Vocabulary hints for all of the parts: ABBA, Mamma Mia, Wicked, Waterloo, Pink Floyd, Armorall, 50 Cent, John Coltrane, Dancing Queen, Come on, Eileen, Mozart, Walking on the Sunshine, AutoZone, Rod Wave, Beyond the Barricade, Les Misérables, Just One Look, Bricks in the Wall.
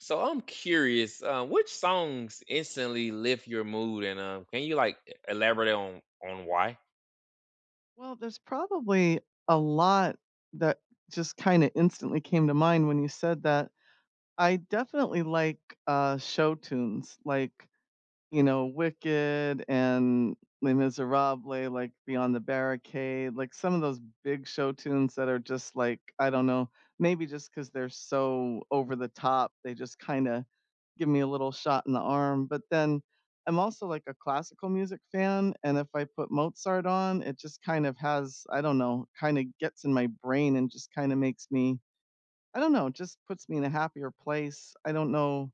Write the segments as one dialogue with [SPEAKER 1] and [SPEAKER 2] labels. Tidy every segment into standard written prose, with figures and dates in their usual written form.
[SPEAKER 1] So I'm curious, which songs instantly lift your mood, and can you like elaborate on why?
[SPEAKER 2] Well, there's probably a lot that just kinda instantly came to mind when you said that. I definitely like, show tunes, like, you know, Wicked and Les Misérables, like, Beyond the Barricade, like, some of those big show tunes that are just, like, I don't know, maybe just because 'cause they're so over the top, they just kinda give me a little shot in the arm. But then I'm also, like, a classical music fan, and if I put Mozart on, it just kind of has I don't know, kinda gets in my brain and just kinda makes me I don't know, just puts me in a happier place. I don't know,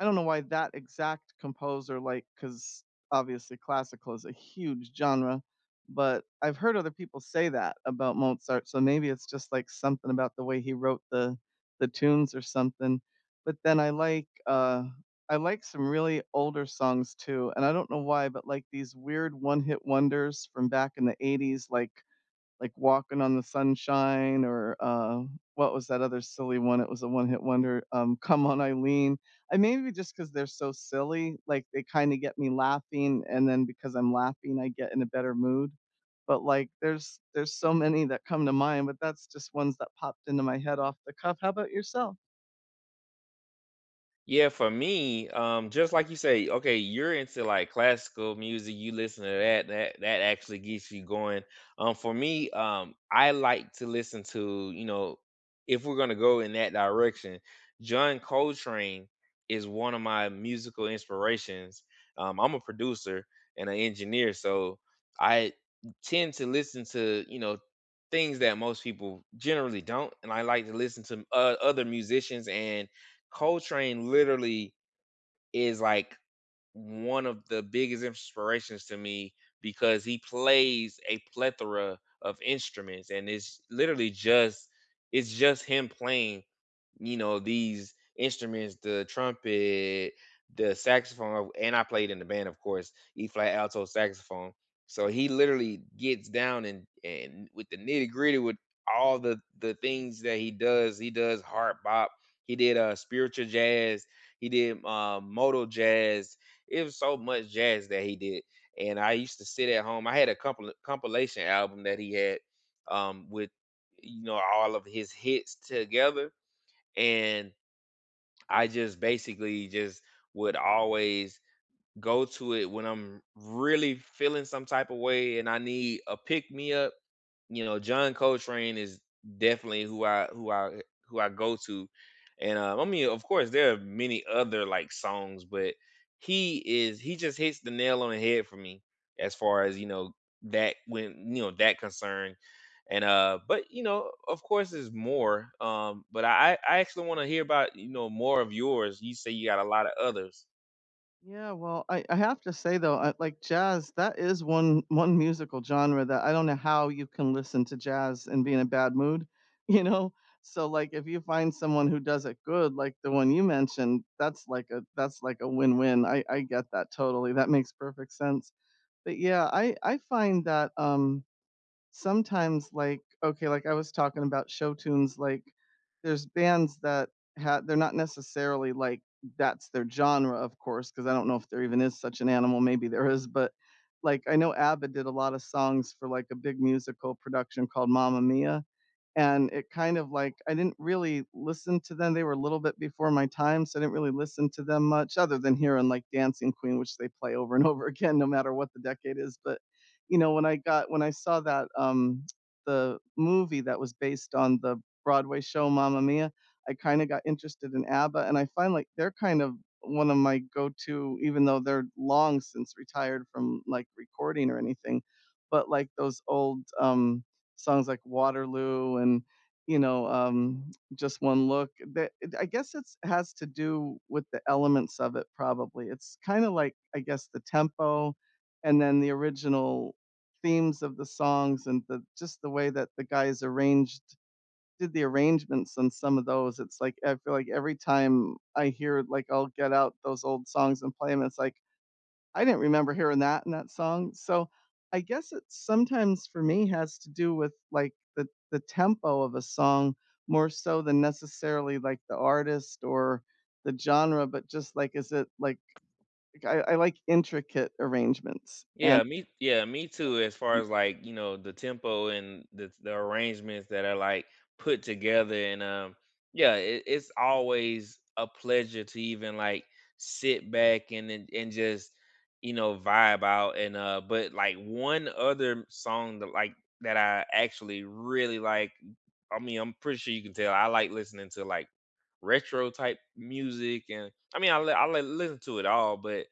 [SPEAKER 2] I don't know why that exact composer, like, because obviously classical is a huge genre, but I've heard other people say that about Mozart, so maybe it's just, like, something about the way he wrote the tunes or something. But then I like some really older songs too, and I don't know why, but, like, these weird one-hit wonders from back in the '80s, like Walking on the Sunshine, or what was that other silly one? It was a one hit wonder. Come on, Eileen. I maybe just because they're so silly, like they kind of get me laughing, and then because I'm laughing, I get in a better mood. But like, there's so many that come to mind, but that's just ones that popped into my head off the cuff. How about yourself?
[SPEAKER 1] Yeah, for me, just like you say, okay, you're into like classical music, you listen to that, that actually gets you going. For me, I like to listen to, you know, if we're gonna go in that direction, John Coltrane is one of my musical inspirations. I'm a producer and an engineer, so I tend to listen to, you know, things that most people generally don't, and I like to listen to other musicians and Coltrane literally is like one of the biggest inspirations to me because he plays a plethora of instruments, and it's literally just it's just him playing, you know, these instruments, the trumpet, the saxophone. And I played in the band, of course, E flat alto saxophone. So he literally gets down and with the nitty gritty with all the things that he does. He does hard bop, he did spiritual jazz, he did modal jazz. It was so much jazz that he did, and I used to sit at home. I had a compilation album that he had, with, you know, all of his hits together, and I just basically just would always go to it when I'm really feeling some type of way and I need a pick me up. You know, John Coltrane is definitely who I go to, and, I mean, of course, there are many other, like, songs, but he is he just hits the nail on the head for me as far as, you know, that when you know, that concern, and, but, you know, of course, there's more, but I actually wanna hear about, you know, more of yours. You say you got a lot of others.
[SPEAKER 2] Yeah, well, I have to say though, like jazz, that is one musical genre that I don't know how you can listen to jazz and be in a bad mood, you know? So like if you find someone who does it good, like the one you mentioned, that's like a win-win. I get that totally. That makes perfect sense. But yeah, I find that sometimes like okay, like I was talking about show tunes, like there's bands that had they're not necessarily like that's their genre, of course, because I don't know if there even is such an animal. Maybe there is, but like I know ABBA did a lot of songs for like a big musical production called Mamma Mia, and it kind of like I didn't really listen to them. They were a little bit before my time, so I didn't really listen to them much other than hearing like Dancing Queen, which they play over and over again no matter what the decade is. But you know, when I got when I saw that the movie that was based on the Broadway show Mamma Mia, I kind of got interested in ABBA, and I find like they're kind of one of my go-to even though they're long since retired from like recording or anything, but like those old songs like Waterloo and, you know, Just One Look. That I guess it's has to do with the elements of it probably. It's kinda like, I guess, the tempo and then the original themes of the songs and the just the way that the guys arranged did the arrangements on some of those. It's like, I feel like every time I hear, like, I'll get out those old songs and play them. It's like I didn't remember hearing that in that song. So I guess it sometimes for me has to do with like the tempo of a song more so than necessarily like the artist or the genre, but just like is it like I, like intricate arrangements and
[SPEAKER 1] Yeah, me too as far as like, you know, the tempo and the arrangements that are like put together. And yeah, it's always a pleasure to even like sit back and just, you know, vibe out. And but like one other song that that I actually really like. I mean, I'm pretty sure you can tell I like listening to like retro type music, and I mean, listen to it all, but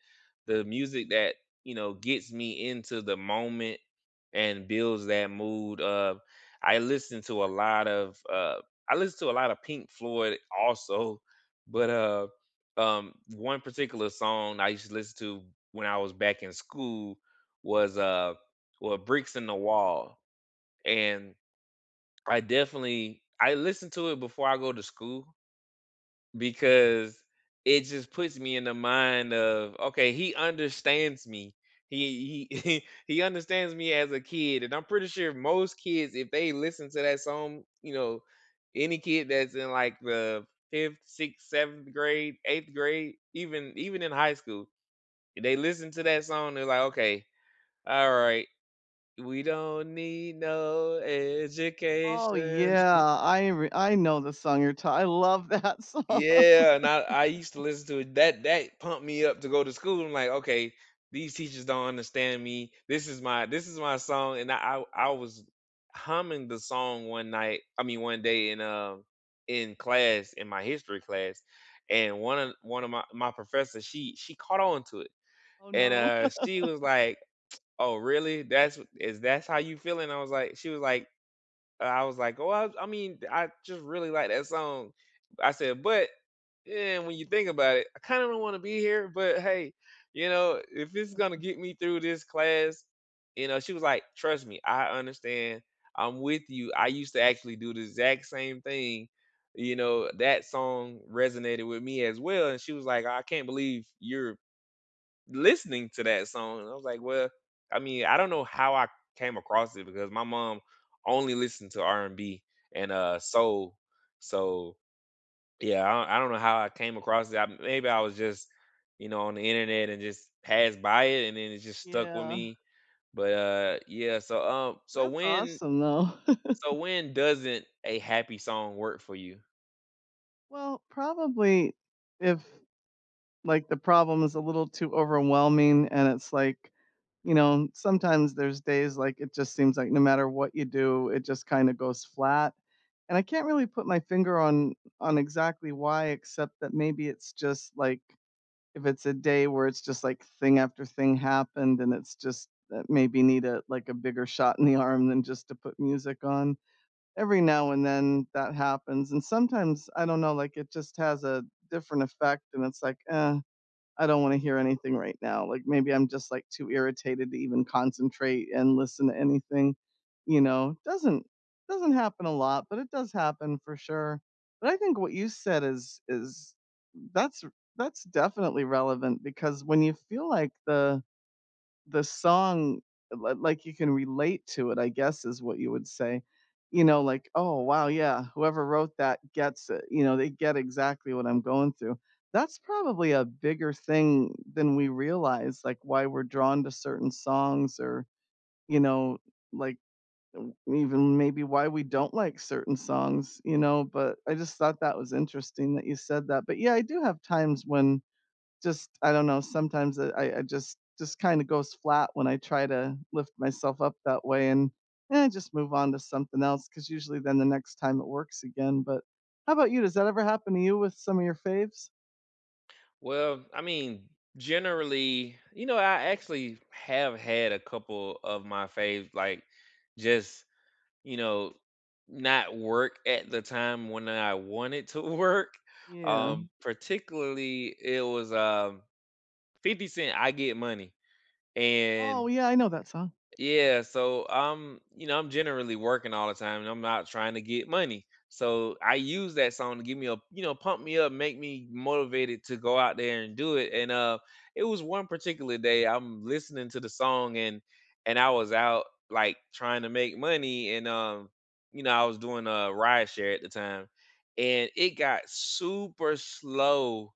[SPEAKER 1] the music that, you know, gets me into the moment and builds that mood of I listen to a lot of uh I listen to a lot of Pink Floyd also. But one particular song I used to listen to when I was back in school was well, Bricks in the Wall. And I listen to it before I go to school because it just puts me in the mind of, okay, he understands me. He he understands me as a kid, and I'm pretty sure most kids, if they listen to that song, you know, any kid that's in like the fifth, sixth, seventh grade, eighth grade, even in high school, if they listen to that song, they're like, okay, all right, we don't need no
[SPEAKER 2] oh
[SPEAKER 1] education.
[SPEAKER 2] yeah, I know the song you're talking. I love that song.
[SPEAKER 1] Yeah, and I used to listen to it. That pumped me up to go to school. I'm like, okay, these teachers don't understand me. This is my song, and I was humming the song one night. I mean, one day in class in my history class, and one of my professors, she caught on to it,
[SPEAKER 2] Oh
[SPEAKER 1] and
[SPEAKER 2] no,
[SPEAKER 1] she was like, oh really? That's wh- is that's how you feeling? I was like, she was like, I was like, oh I mean I just really like that song. I said, but yeah, and when you think about it, I kind of don't want to be here, but hey, you know, if it's gonna get me through this class, you know, she was like, "Trust me, I understand. I'm with you. I used to actually do the exact same thing. You know, that song resonated with me as well." And she was like, "I can't believe you're listening to that song." And I was like, "Well, I mean, I don't know how I came across it because my mom only listened to R&B and soul, so." Yeah, I don't know how I came across that. Maybe I was just, you know, on the internet and just passed by it, and then it just stuck with
[SPEAKER 2] yeah,
[SPEAKER 1] me. But yeah. So
[SPEAKER 2] that's awesome though.
[SPEAKER 1] so when doesn't a happy song work for you?
[SPEAKER 2] Well, probably if like, the problem is a little too overwhelming, and it's like, you know, sometimes there's days, like, it just seems like no matter what you do, it just kinda goes flat, and I can't really put my finger on exactly why, except that maybe it's just, like, if it's a day where it's just, like, thing after thing happened, and it's just that maybe need a like, a bigger shot in the arm than just to put music on. Every now and then, that happens, and sometimes, I don't know, like, it just has a different effect, and it's like, "Eh." I don't want to hear anything right now. Like maybe I'm just like too irritated to even concentrate and listen to anything, you know. Doesn't happen a lot, but it does happen for sure. But I think what you said is that's definitely relevant because when you feel like the song, li like, you can relate to it, I guess, is what you would say. You know, like, "Oh, wow, yeah, whoever wrote that gets it." You know, they get exactly what I'm going through. That's probably a bigger thing than we realize, like, why we're drawn to certain songs or, you know, like, even maybe why we don't like certain songs, you know, but I just thought that was interesting that you said that, but, yeah, I do have times when just I don't know, sometimes I just kinda goes flat when I try to lift myself up that way and, eh, I just move on to something else. Because usually then the next time it works again, but how about you? Does that ever happen to you with some of your faves?
[SPEAKER 1] Well, I mean, generally, you know, I actually have had a couple of my faves like just, you know, not work at the time when I wanted to work.
[SPEAKER 2] Yeah.
[SPEAKER 1] Particularly it was 50 Cent, I get money. And
[SPEAKER 2] Oh, yeah, I know that song.
[SPEAKER 1] yeah, so I'm, you know, I'm generally working all the time and I'm not trying to get money. So I use that song to give me a, you know, pump me up, make me motivated to go out there and do it. And it was one particular day I'm listening to the song, and I was out like trying to make money. And you know, I was doing a ride share at the time, and it got super slow,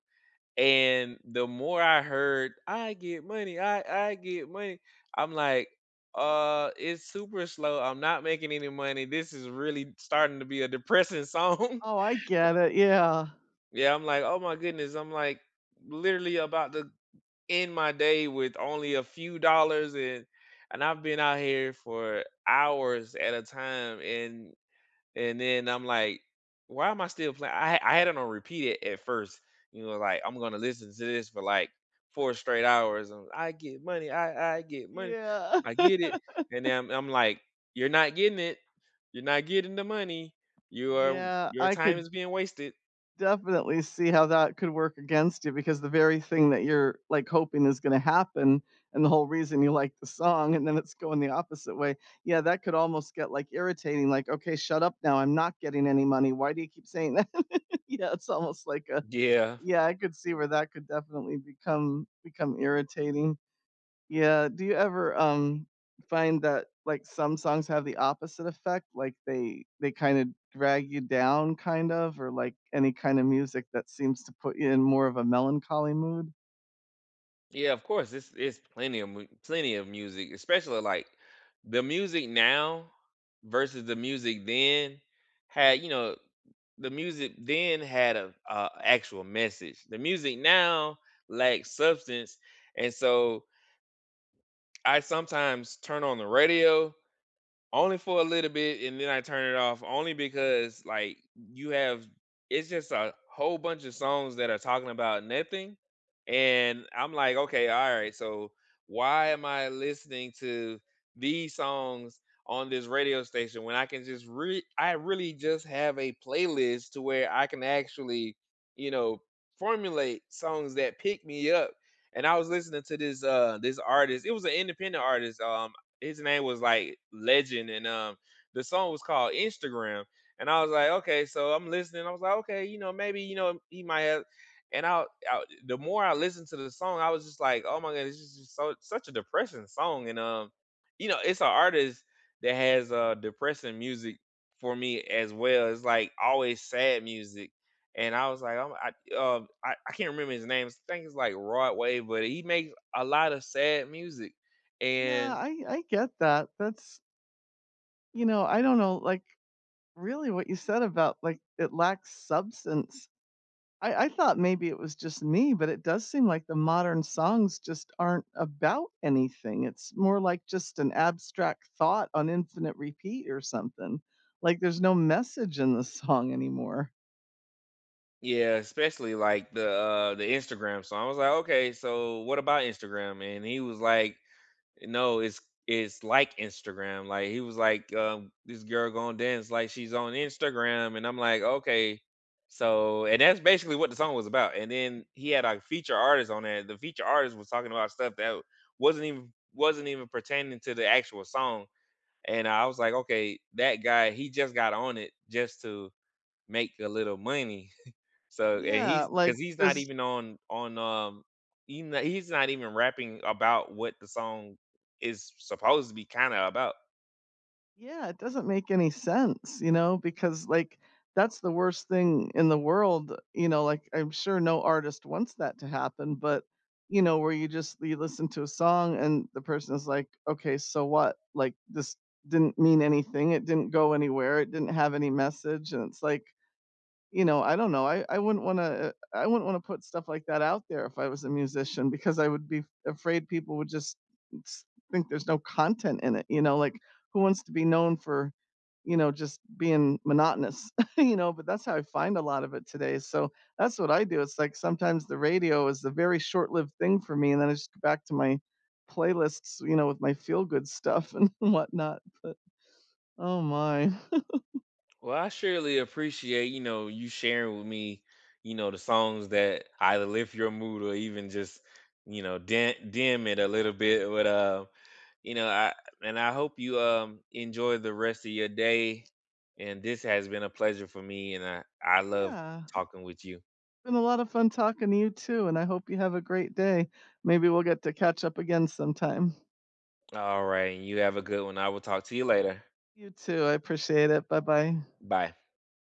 [SPEAKER 1] and the more I heard, I get money, I get money. I'm like, it's super slow. I'm not making any money. This is really starting to be a depressing song.
[SPEAKER 2] Oh, I get it, yeah.
[SPEAKER 1] yeah, I'm like, oh my goodness. I'm like literally about to end my day with only a few dollars, and I've been out here for hours at a time. And then I'm like, why am I still playing? I had it on repeat at first. You know, like I'm gonna listen to this for like four straight hours. And I get money. I get money.
[SPEAKER 2] Yeah.
[SPEAKER 1] I get it. And then I'm like, you're not getting it. You're not getting the money.
[SPEAKER 2] Yeah,
[SPEAKER 1] Your
[SPEAKER 2] I
[SPEAKER 1] time
[SPEAKER 2] could
[SPEAKER 1] is being wasted.
[SPEAKER 2] definitely see how that could work against you because the very thing that you're like hoping is going to happen and the whole reason you like the song and then it's going the opposite way, yeah, that could almost get like irritating, like okay shut up now, I'm not getting any money, why do you keep saying that? Yeah, it's almost like a
[SPEAKER 1] Yeah.
[SPEAKER 2] yeah, I could see where that could definitely become irritating. Yeah, do you ever, find that, like, some songs have the opposite effect? Like, they kinda drag you down, kind of, or, like, any kind of music that seems to put you in more of a melancholy mood?
[SPEAKER 1] Yeah, of course. It's plenty of plenty of music, especially like the music now versus the music then had, you know, the music then had a actual message. The music now lacks substance, and so I sometimes turn on the radio only for a little bit, and then I turn it off only because, like, you have it's just a whole bunch of songs that are talking about nothing, and I'm like, "Okay, alright, so why am I listening to these songs on this radio station when I can just re I really just have a playlist to where I can actually, you know, formulate songs that pick me up." And I was listening to this, this artist, it was an independent artist, his name was like Legend, and the song was called Instagram. And I was like, okay, so I'm listening. I was like, okay, you know, maybe you know he might have. And I the more I listened to the song, I was just like, oh my god, this is just so such a depressing song. And you know, it's an artist that has depressing music for me as well. It's like always sad music. And I was like, I can't remember his name. I think it's like Rod Wave, but he makes a lot of sad music.
[SPEAKER 2] Yeah, I get that, that's you know, I don't know, like, really what you said about, like, it lacks substance. I thought maybe it was just me, but it does seem like the modern songs just aren't about anything. It's more like just an abstract thought on infinite repeat or something. Like, there's no message in the song anymore.
[SPEAKER 1] Yeah, especially like the Instagram song. I was like, okay, so what about Instagram? And he was like, no, it's like Instagram. Like he was like, this girl gonna dance like she's on Instagram, and I'm like, okay, so and that's basically what the song was about. And then he had a feature artist on there. The feature artist was talking about stuff that wasn't even pertaining to the actual song. And I was like, okay, that guy, he just got on it just to make a little money. So and
[SPEAKER 2] Yeah,
[SPEAKER 1] he's
[SPEAKER 2] like,
[SPEAKER 1] because he's not
[SPEAKER 2] just
[SPEAKER 1] even on he's not even rapping about what the song is supposed to be kind of about.
[SPEAKER 2] Yeah, it doesn't make any sense, you know, because like that's the worst thing in the world, you know, like I'm sure no artist wants that to happen, but you know, where you just you listen to a song and the person is like, "Okay, so what? Like this didn't mean anything. It didn't go anywhere. It didn't have any message." And it's like you know, I don't know. I I wouldn't wanna put stuff like that out there if I was a musician because I would be afraid people would just s think there's no content in it, you know, like, who wants to be known for, you know, just being monotonous, you know, but that's how I find a lot of it today, so that's what I do. It's like sometimes the radio is a very short-lived thing for me, and then I just go back to my playlists, you know, with my feel-good stuff and whatnot, but oh my.
[SPEAKER 1] Well, I surely appreciate you know you sharing with me, you know, the songs that either lift your mood or even just, you know, dim it a little bit. But you know I and I hope you enjoy the rest of your day. And this has been a pleasure for me, and I love
[SPEAKER 2] Yeah.
[SPEAKER 1] talking with you.
[SPEAKER 2] Been a lot of fun talking to you too, and I hope you have a great day. Maybe we'll get to catch up again sometime.
[SPEAKER 1] All right. You have a good one. I will talk to you later.
[SPEAKER 2] You too. I appreciate it. Bye-bye.
[SPEAKER 1] Bye.